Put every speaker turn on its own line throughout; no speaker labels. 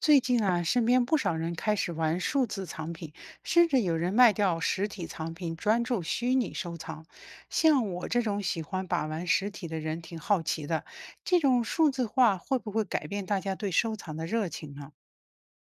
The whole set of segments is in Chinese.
最近啊，身边不少人开始玩数字藏品，甚至有人卖掉实体藏品，专注虚拟收藏。像我这种喜欢把玩实体的人，挺好奇的，这种数字化会不会改变大家对收藏的热情呢？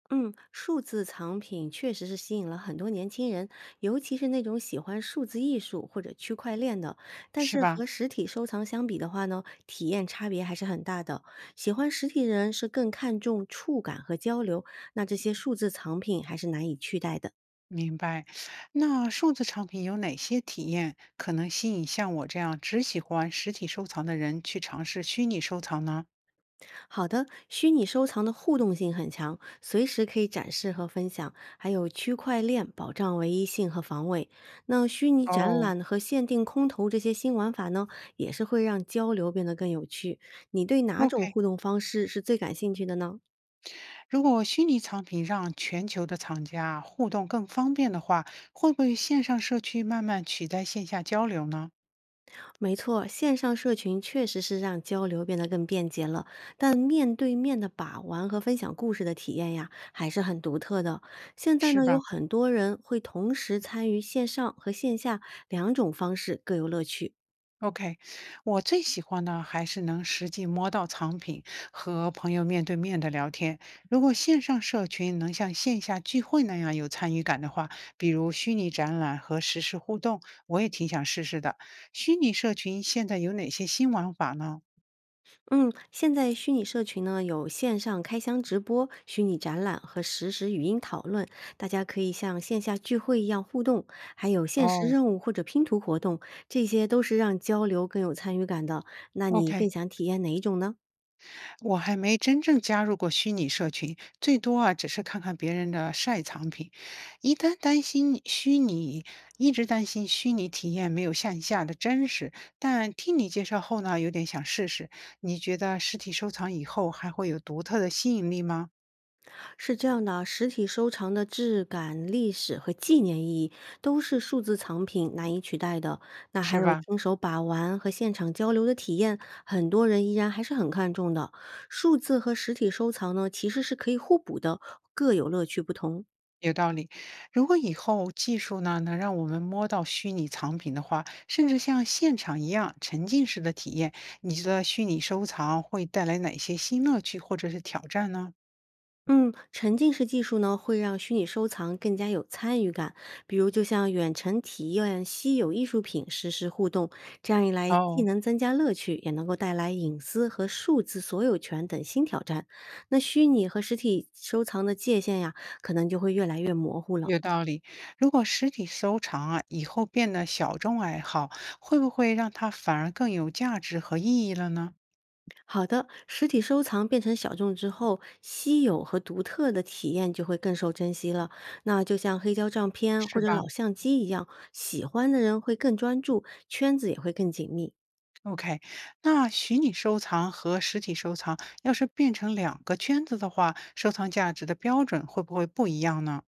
嗯，数字藏品确实是吸引了很多年轻人，尤其是那种喜欢数字艺术或者区块链的。但
是
是
吧？
和实体收藏相比的话呢，体验差别还是很大的。喜欢实体人是更看重触感和交流，那这些数字藏品还是难以取代的。
明白。那数字藏品有哪些体验可能吸引像我这样只喜欢实体收藏的人去尝试虚拟收藏呢？
好的，虚拟收藏的互动性很强，随时可以展示和分享，还有区块链保障唯一性和防伪。那虚拟展
哦
览和限定空投这些新玩法呢，也是会让交流变得更有趣。你对哪种
，OK。
互动方式是最感兴趣的呢？
如果虚拟藏品让全球的藏家互动更方便的话，会不会线上社区慢慢取代线下交流呢？
没错，线上社群确实是让交流变得更便捷了，但面对面的把玩和分享故事的体验呀，还是很独特的。现在
是
呢，有
吧
很多人会同时参与线上和线下两种方式，各有乐趣。
？OK，我最喜欢的还是能实际摸到藏品和朋友面对面的聊天。如果线上社群能像线下聚会那样有参与感的话，比如虚拟展览和实时互动，我也挺想试试的。虚拟社群现在有哪些新玩法呢？
嗯，现在虚拟社群呢有线上开箱直播、虚拟展览和实时语音讨论，大家可以像线下聚会一样互动，还有限时
哦
任务或者拼图活动，这些都是让交流更有参与感的。那你
，OK，
更想体验哪一种呢？
我还没真正加入过虚拟社群，最多啊只是看看别人的晒藏品。一旦担心虚拟，一直担心虚拟体验没有线下的真实。但听你介绍后呢，有点想试试。你觉得实体收藏以后还会有独特的吸引力吗？
是这样的啊，实体收藏的质感、历史和纪念意义都是数字藏品难以取代的。那还
是
有
吧？
亲手把玩和现场交流的体验，很多人依然还是很看重的。数字和实体收藏呢，其实是可以互补的，各有乐趣不同。
有道理。如果以后技术呢能让我们摸到虚拟藏品的话，甚至像现场一样沉浸式的体验，你觉得虚拟收藏会带来哪些新乐趣或者是挑战呢？
嗯，沉浸式技术呢，会让虚拟收藏更加有参与感。比如，就像远程体验稀有艺术品实时互动，这样一来，既
哦，
能增加乐趣，也能够带来隐私和数字所有权等新挑战。那虚拟和实体收藏的界限呀，可能就会越来越模糊了。
有道理。如果实体收藏啊，以后变得小众爱好，会不会让它反而更有价值和意义了呢？
好的，实体收藏变成小众之后，稀有和独特的体验就会更受珍惜了。那就像黑胶唱片
是
或者
吧
老相机一样，喜欢的人会更专注，圈子也会更紧密。
？OK，那虚拟收藏和实体收藏要是变成两个圈子的话，收藏价值的标准会不会不一样呢？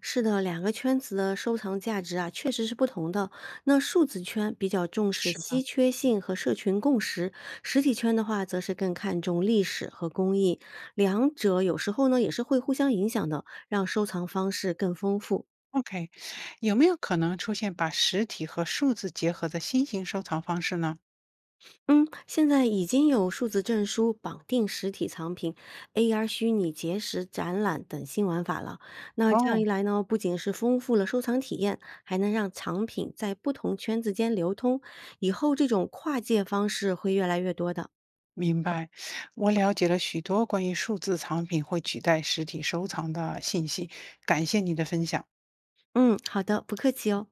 是的，两个圈子的收藏价值啊，确实是不同的。那数字圈比较重视
是
稀
吧
缺性和社群共识，实体圈的话，则是更看重历史和工艺。两者有时候呢，也是会互相影响的，让收藏方式更丰富。
？OK，有没有可能出现把实体和数字结合的新型收藏方式呢？
嗯，现在已经有数字证书、绑定实体藏品、AR 虚拟结识展览等新玩法了。那这样
哦，
一来呢，不仅是丰富了收藏体验，还能让藏品在不同圈子间流通。以后这种跨界方式会越来越多的。
明白，我了解了许多关于数字藏品会取代实体收藏的信息，感谢你的分享。
嗯，好的，不客气哦。